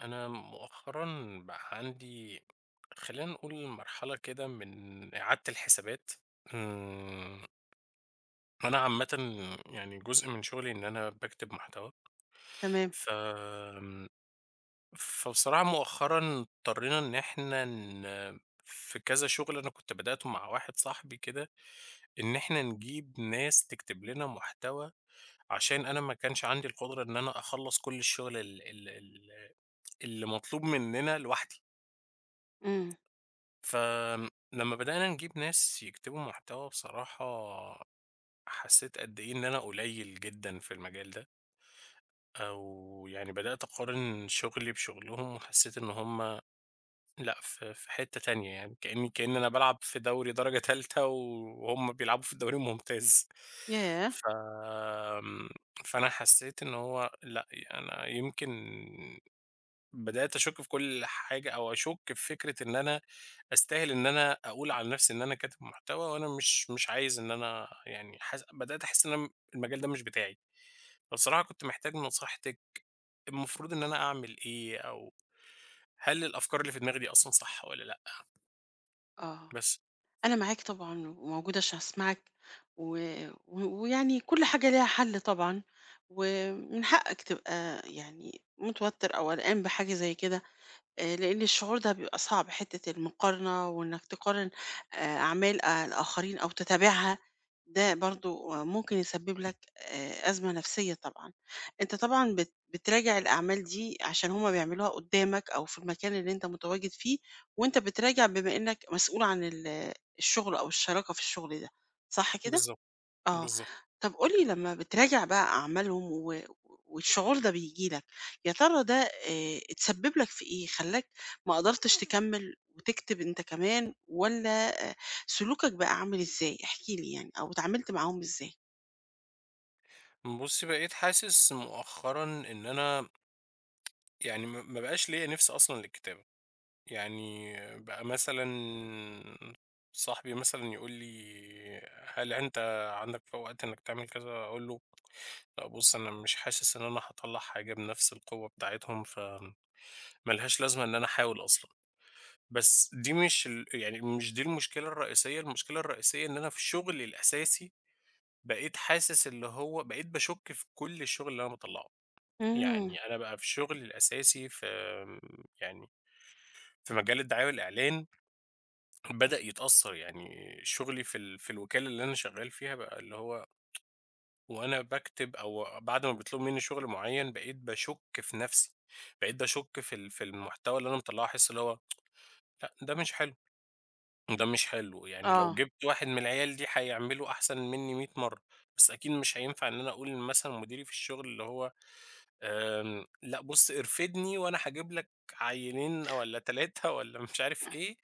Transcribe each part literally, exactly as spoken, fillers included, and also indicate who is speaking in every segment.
Speaker 1: أنا مؤخرًا بقى عندي، خلّينا نقول، مرحلة كده من إعادة الحسابات. إمم، أنا عامةً، يعني جزء من شغلي إن أنا باكتب محتوى.
Speaker 2: تمام،
Speaker 1: ف آمم، فبصراحة مؤخرًا اضطرينا إن إحنا ن في كذا شغل أنا كنت بدأته مع واحد صاحبي كده، إن إحنا نجيب ناس تكتب لنا محتوى، عشان أنا ما كانش عندي القدرة إن أنا أخلّص كل الشغل ال ال ال اللي مطلوب مننا لوحدي.
Speaker 2: إمم،
Speaker 1: فلمّا بدأنا نجيب ناس يكتبوا محتوى، بصراحة حسيت قد إيه إن أنا قليل جدًا في المجال ده، أو يعني بدأت أقارن شغلي بشغلهم، وحسيت إن هم لأ، في في حتة تانية يعني. كأني كأن أنا بالعب في دوري درجة تالتة، وهم بيلعبوا في الدوري الممتاز.
Speaker 2: ياه!
Speaker 1: ف آمم، فأنا حسيت إن هو لأ. أنا يمكن بدأت أشُك في كل حاجة، أو أشُك في فكرة إن أنا أستاهل إن أنا أقول عن نَفْسي إن أنا كاتب محتوى، وأنا مش مش عايز إن أنا، يعني، حاس بدأت أحِس إن أنا المجال ده مش بتاعي. فبصراحة كنت محتاج من نصيحتِك، المفروض إن أنا أعمل إيه، أو هل الأفكار اللي في دماغي دي أصلًا صح والّا لأ؟
Speaker 2: آه،
Speaker 1: بس.
Speaker 2: أنا معاك طبعًا وموجودة عشان أسمعك، و و ويعني كل حاجة ليها حل طبعًا، ومن حقك تبقى يعني متوتر أو قلقان بحاجة زي كده. آآ، لإن الشعور ده بيبقى صعب، حتة المقارنة وإنك تقارن آآ، أعمال آآ الآخرين أو تتابعها، ده برضه ممكن يسبب لك آآ، أزمة نفسية طبعًا. أنت طبعًا بت بتراجع الأعمال دي عشان هم بيعملوها قدامك أو في المكان اللي أنت متواجد فيه، وأنت بتراجع بما إنك مسؤول عن ال الشغل أو الشراكة في الشغل ده، صح كده؟
Speaker 1: بالضبط،
Speaker 2: آه،
Speaker 1: بالضبط.
Speaker 2: طب قُل لي لمّا بتراجع بقى أعمالهم و والشعور ده بييجي لك، يا ترى ده آآ اتسبب لك في إيه؟ خلّاك ما قدرتش تكمّل وتكتب أنت كمان والّا آآ سلوكك بقى عامل إزاي؟ احكِ لي يعني أو اتعاملت معاهم إزاي؟
Speaker 1: بُصّي، بقيت حاسس مؤخرًا إن أنا، يعني، ما ما بقاش ليّا نِفْس أصلًا للكتابة. يعني بقى مثلًا صاحبي مثلًا يقول لي: "هل أنت عندك ف وقت إنك تعمل كذا؟" أقول له: "لأ، بُص أنا مش حاسس إن أنا هاطلّع حاجة بنفس القوة بتاعتهم، فما لهاش لازمة إن أنا أحاول أصلًا." بس دي مش، ال يعني مش دي المشكلة الرئيسية. المشكلة الرئيسية إن أنا في شغلي الأساسي بقيت حاسس، اللي هو بقيت باشُك في كل الشغل اللي أنا باطلّعه.
Speaker 2: إمم،
Speaker 1: يعني أنا بقى في شغلي الأساسي في آمم، يعني في مجال الدعاية والإعلان، بدأ يتأثّر. يعني شُغلي في ال في الوكالة اللي أنا شغّال فيها، بقى اللي هو وأنا باكتب، أو بعد ما بيطلبوا منّي شُغل معيّن، بقيت باشُك في نَفْسي. بقيت باشُك في ال في المحتوى اللي أنا مطلّعه، أحس اللي هو لأ، ده مش حلو، ده مش حلو. يعني لو
Speaker 2: آه،
Speaker 1: جِبت واحد من العيال دي هيعمله أحسن منّي مئة مرّة. بس أكيد مش هينفع إن أنا أقول مثلًا لمديري في الشُغل، اللي هو آمم، لأ، بُص ارفدني وأنا هاجيب لك عيّلين والّا تلاتة والّا مش عارف إيه.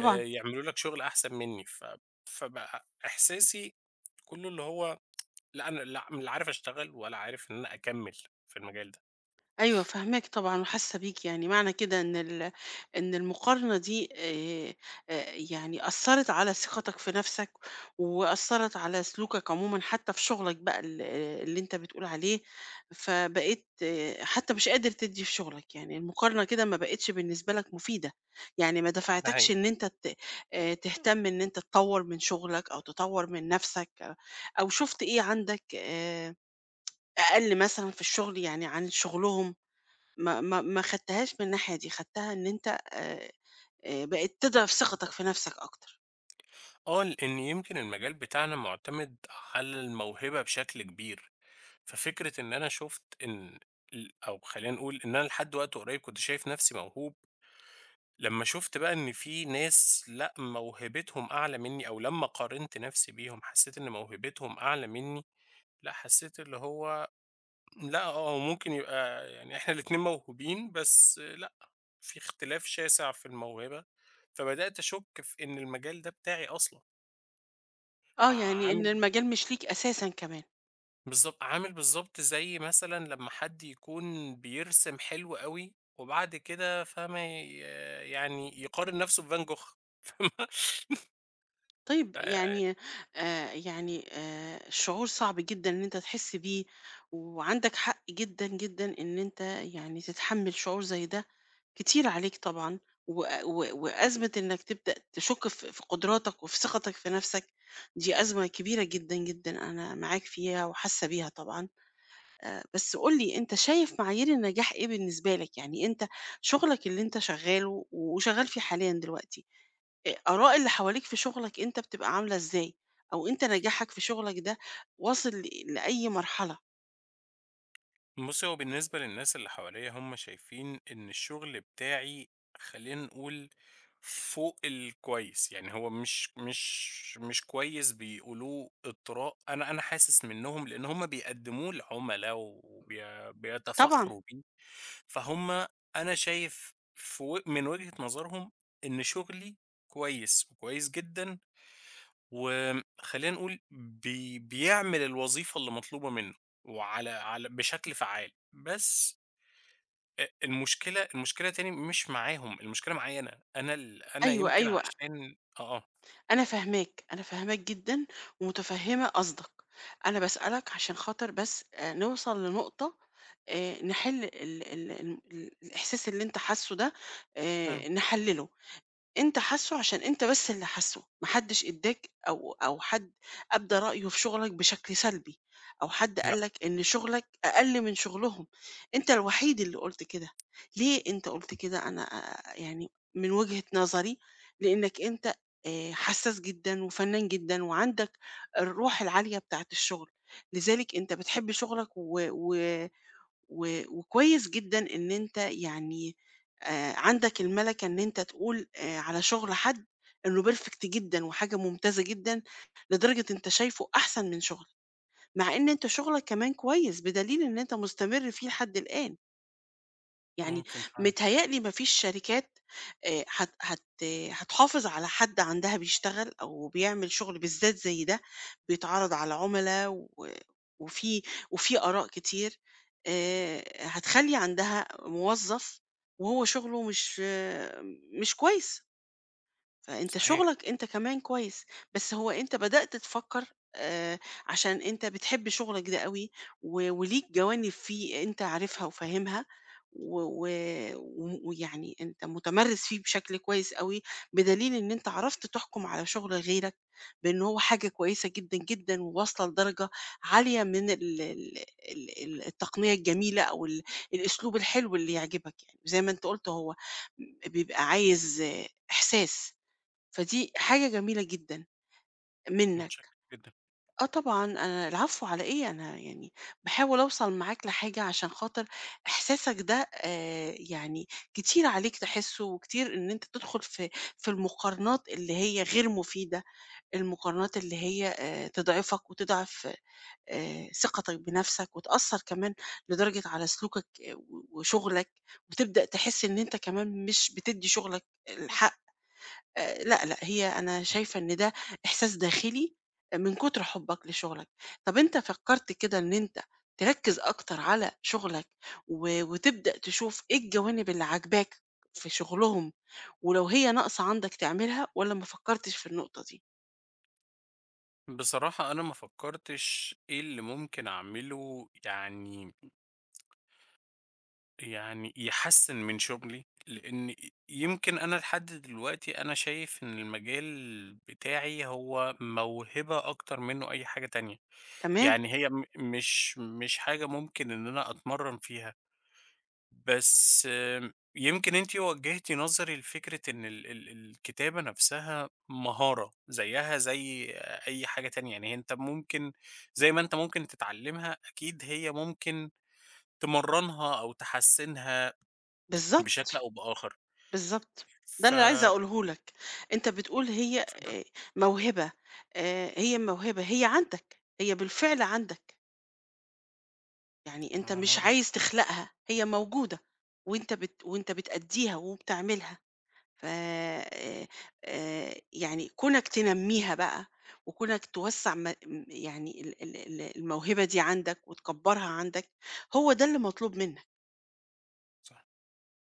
Speaker 1: آآ يعملوا لك شغل أحسن منّي. ف فبقى إحساسي كلّه اللي هو لأ، أنا لأ، م لا عارف أشتغل ولا عارف إن أنا أكمّل في المجال ده.
Speaker 2: أيوه فاهماك طبعًا وحاسة بيك، يعني معنى كده إن ال إن المقارنة دي آآ آآ يعني أثّرت على ثقتك في نَفْسك، وأثّرت على سلوكك عمومًا حتى في شغلك بقى ال آه، اللي أنت بتقول عليه، فبقيت آه، حتى مش قادر تدّي في شغلك، يعني المقارنة كده ما بقتش بالنسبة لك مفيدة، يعني ما
Speaker 1: ده حقيقي.
Speaker 2: دفعتكش إن أنت ت آآ تهتم إن أنت تطوّر من شغلك أو تطوّر من نَفْسك آه، أو شُفت إيه عندك آآ أقل مثلًا في الشغل يعني عن شغلهم. ما ما ما خدتهاش من الناحية دي، خدتها إن أنت آآ آآ بقت تضعف ثقتك في نَفْسك أكتر.
Speaker 1: آه، لإن يمكن المجال بتاعنا مُعتمد على الموهبة بشكل كبير. ففكرة إن أنا شُفت إن ال أو خلّينا نقول إن أنا لحد وقت قريّب كنت شايف نَفْسي موهوب، لمّا شُفت بقى إن في ناس لأ، موهبتهم أعلى منّي، أو لمّا قارنت نَفْسي بيهم حسّيت إن موهبتهم أعلى منّي. لأ، حسّيت اللي هو لأ، آه، ممكن يبقى يعني إحنا الاتنين موهوبين، بس لأ، في اختلاف شاسع في الموهبة. فبدأت أشُك في إن المجال ده بتاعي أصلًا. ع
Speaker 2: آه، يعني إن
Speaker 1: عامل
Speaker 2: المجال مش ليك أساسًا كمان.
Speaker 1: بالضبط، عامل بالضبط زي مثلًا لمّا حد يكون بيرسم حلو أوي وبعد كده، فاهمة، ي يعني يقارن نَفْسه بفان جوخ فاهمة؟
Speaker 2: طيب
Speaker 1: ف
Speaker 2: يعني آآ يعني آآ شعور صعب جدًا إن أنت تحس بيه، وعندك حق جدًا، جدًا إن أنت يعني تتحمّل شعور زي ده، كتير عليك طبعًا، و و وأزمة إنّك تبدأ تشُك في في قدراتك وفي ثقتك في نَفْسك، دي أزمة كبيرة جدًا، جدًا، أنا معاك فيها وحاسّة بيها طبعًا. بس قُل لي أنت شايف معايير النجاح إيه بالنسبة لك؟ يعني أنت شغلك اللي أنت شغّاله وشغّال فيه حاليًا دلوقتي، آآ آراء اللي حواليك في شغلك أنت بتبقى عاملة إزاي؟ أو أنت نجاحك في شغلك ده واصل ل لأي مرحلة؟
Speaker 1: بُصّي، هو بالنسبة للناس اللي حواليّا هم شايفين إن الشغل بتاعي، خلّينا نقول، فوق الكويس. يعني هو مش مش مش كويس، بيقولوه إطراء. أنا أنا حاسس منّهم، لإن هم بيقدّموه لعُملا، وبي
Speaker 2: طبعًا،
Speaker 1: بيتفاخروا بيه. فهُم، أنا شايف في و من وجهة نظرهم إن شغلي كويس وكويس جدًا، وخلّينا نقول بي بيعمل الوظيفة اللي مطلوبة منّه، وعلى على بشكل فعّال. بس، أ المشكلة المشكلة تاني مش معاهم، المشكلة معايا أنا. أنا ال أنا،
Speaker 2: أيوه،
Speaker 1: يمكن
Speaker 2: أيوه،
Speaker 1: عشان آه، آه،
Speaker 2: أنا فاهماك، أنا فاهماك جدًا ومتفهّمة قصدك. أنا باسألك عشان خاطر بس آآ نوصل لنقطة آآ نحِل ال ال الم ال الإحساس اللي أنت حاسّه ده
Speaker 1: فاهمِك.
Speaker 2: آآ نحلّله. أنت حاسُّه عشان أنت بس اللي حاسُّه، ما حدّش أدّاك أو أو حد أبدى رأيه في شُغلك بشكل سلبي، أو حد
Speaker 1: لأ،
Speaker 2: قال لك إن شُغلك أقل من شُغلهم، أنت الوحيد اللي قُلت كده، ليه أنت قُلت كده؟ أنا آآ يعني من وجهة نظري لإنّك أنت آآ حسّاس جدًا وفنّان جدًا وعندك الروح العالية بتاعة الشُغل، لذلك أنت بتحب شُغلك و و و وكويس جدًا إن أنت يعني آآ عندك المَلَكة إن أنت تقول آآ على شغل حد إنه perfect جدًا وحاجة ممتازة جدًا، لدرجة أنت شايفه أحسن من شغلك، مع إن أنت شغلك كمان كويس بدليل إن أنت مستمر فيه لحد الآن. يعني
Speaker 1: ممكن فعلًا،
Speaker 2: متهيأ لي ما فيش شركات آآ هت هت هتحافظ على حد عندها بيشتغل أو بيعمل شغل بالذات زي ده، بيتعرض على عُملا و وفي وفي آراء كتير، آآ هتخلّي عندها موظف وهو شغله مش آه، مش كويس. فأنت
Speaker 1: صحيح،
Speaker 2: شغلك أنت كمان كويس، بس هو أنت بدأت تفكّر آآ عشان أنت بتحب شغلك ده أوي و وليك جوانب فيه أنت عارفها وفاهمها و و و ويعني أنت متمرِّس فيه بشكل كويس أوي، بدليل إن أنت عرفت تحكُم على شغل غيرك بإن هو حاجة كويسة جدًا، جدًا وواصلة لدرجة عالية من ال ال ال ال التقنية الجميلة أو ال الأسلوب الحلو اللي يعجبك يعني، زي ما أنت قُلت هو م بيبقى عايز آه، إحساس. فدي حاجة جميلة جدًا منّك.
Speaker 1: متشكّر جدًا.
Speaker 2: آه طبعًا، أنا العفو على إيه، أنا يعني باحاول أوصل معاك لحاجة عشان خاطر إحساسك ده آآ يعني كتير عليك تحسّه وكتير إن أنت تدخل في في المقارنات اللي هي غير مفيدة، المقارنات اللي هي آآ تضعفك وتضعف آآ ثقتك بنَفْسك وتأثّر كمان لدرجة على سلوكك آه، و وشُغلك وتبدأ تحس إن أنت كمان مش بتدّي شُغلك الحق آآ لأ، لأ، هي أنا شايفة إن ده إحساس داخلي من كتر حُبّك لشغلك. طَب أنت فكّرت كده إن أنت تركّز أكتر على شغلك و وتبدأ تشوف إيه الجوانب اللي عاجباك في شغلهم، ولو هي ناقصة عندك تعملها والّا ما فكّرتش في النقطة دي؟
Speaker 1: بصراحة أنا ما فكّرتش إيه اللي ممكن أعمله، يعني يعني يحسّن من شُغلي، لإن يمكن أنا لحد دلوقتي أنا شايف إن المجال بتاعي هو موهبة أكتر منّه أي حاجة تانية.
Speaker 2: تمام،
Speaker 1: يعني هي م مش مش حاجة ممكن إن أنا أتمرّن فيها. بس آم، يمكن أنتِ وجّهتِ نظري لفكرة إن ال ال الكتابة نَفْسها مهارة زيّها زي أي حاجة تانية. يعني أنت ممكن، زي ما أنت ممكن تتعلّمها، أكيد هي ممكن تمرّنها أو تحسّنها بشكل
Speaker 2: بالضبط،
Speaker 1: أو بآخر.
Speaker 2: بالضبط. ده
Speaker 1: ف
Speaker 2: اللي عايزة أقوله لك. أنت بتقول هي
Speaker 1: اتفضل.
Speaker 2: آآ موهبة، آآ هي موهبة، هي عندك، هي بالفعل عندك. يعني أنت
Speaker 1: على
Speaker 2: مش
Speaker 1: رأيك.
Speaker 2: عايز تخلقها، هي موجودة وأنت بت وأنت بتأدّيها وبتعملها، ف آآ آآ يعني كونك تنمّيها بقى وكونك توسّع م م يعني ال ال ال الموهبة دي عندك وتكبّرها عندك، هو ده اللي مطلوب منّك،
Speaker 1: صح،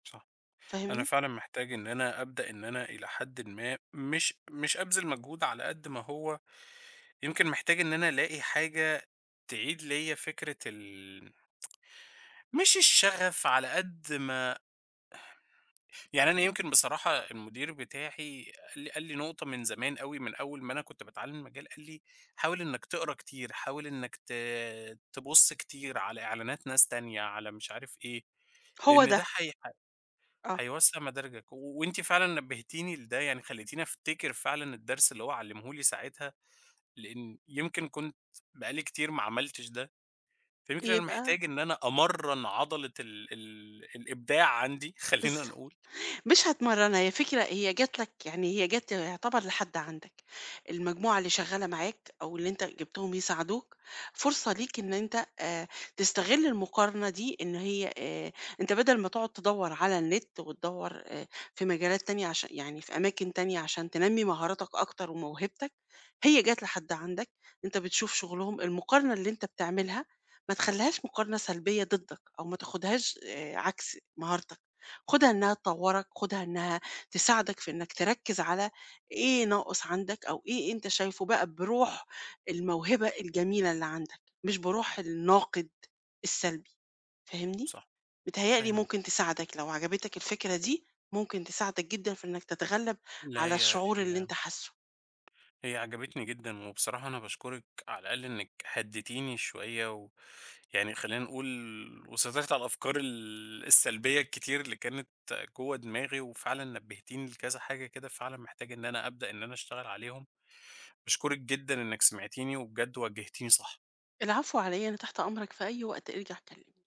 Speaker 1: صح. أنا
Speaker 2: فاهمني؟
Speaker 1: فعلًا محتاج إن أنا أبدأ، إن أنا إلى حدٍ ما مش مش أبذل مجهود على قد ما هو، يمكن محتاج إن أنا ألاقي حاجة تعيد ليّا فكرة ال مش الشغف على قد ما، يعني أنا، يمكن، بصراحة المدير بتاعي قال لي قال لي نقطة من زمان أوي، من أول ما أنا كنت باتعلم المجال. قال لي: "حاول إنك تقرا كتير، حاول إنك ت تبُص كتير على إعلانات ناس تانية، على مش عارف إيه،
Speaker 2: هو
Speaker 1: لإن
Speaker 2: ده،
Speaker 1: ده هي
Speaker 2: آه،
Speaker 1: هيوسّع مداركك." و وأنتِ فعلًا نبهتيني لده، يعني خلّيتيني أفتكر فعلًا الدرس اللي هو علّمه لي ساعتها، لإن يمكن كنت بقى لي كتير ما عملتش ده. فيمكن أنا
Speaker 2: يبقى
Speaker 1: محتاج إن أنا أمرّن عضلة ال ال الإبداع عندي،
Speaker 2: بالض
Speaker 1: خلّينا نقول.
Speaker 2: مش هتمرّنها، هي فكرة هي جات لك يعني هي جات يعتبر لحد عندك، المجموعة اللي شغّالة معاك أو اللي أنت جِبتهم يساعدوك، فرصة ليك إن أنت آآ تستغل المقارنة دي إن هي آآ أنت بدل ما تقعد تدوّر على النت وتدوّر آآ في مجالات تانية عش يعني في أماكن تانية عشان تنمّي مهاراتك أكتر وموهبتك، هي جات لحد عندك، أنت بتشوف شغلهم، المقارنة اللي أنت بتعملها ما تخلّيهاش مقارنة سلبية ضدك أو ما تاخدهاش آآ عكس مهارتك. خدها إنها تطورك، خدها إنها تساعدك في إنك تركز على إيه ناقص عندك أو إيه أنت شايفه بقى بروح الموهبة الجميلة اللي عندك، مش بروح الناقد السلبي، فاهمني؟
Speaker 1: صح،
Speaker 2: متهيأ لي
Speaker 1: فاهم.
Speaker 2: ممكن تساعدك لو عجبتك الفكرة دي، ممكن تساعدك جدًا في إنك تتغلب
Speaker 1: لا،
Speaker 2: على
Speaker 1: هي
Speaker 2: الشعور اللي
Speaker 1: هي
Speaker 2: أنت حاسه.
Speaker 1: هي عجبتني جدًا. وبصراحة أنا باشكرِك على الأقل إنِّك هدّيتيني شوية، ويعني خلّينا نقول وسيطرتِ على الأفكار ال السلبية الكتير اللي كانت جوّه دماغي، وفعلًا نبّهتيني لكذا حاجة كده، فعلًا محتاج إن أنا أبدأ إن أنا أشتغل عليهم. باشكرِك جدًا إنِّك سمعتيني، وبجد وجّهتيني صح.
Speaker 2: العفو على إيه، أنا تحت أمرك في أي وقت، ارجع كلمني.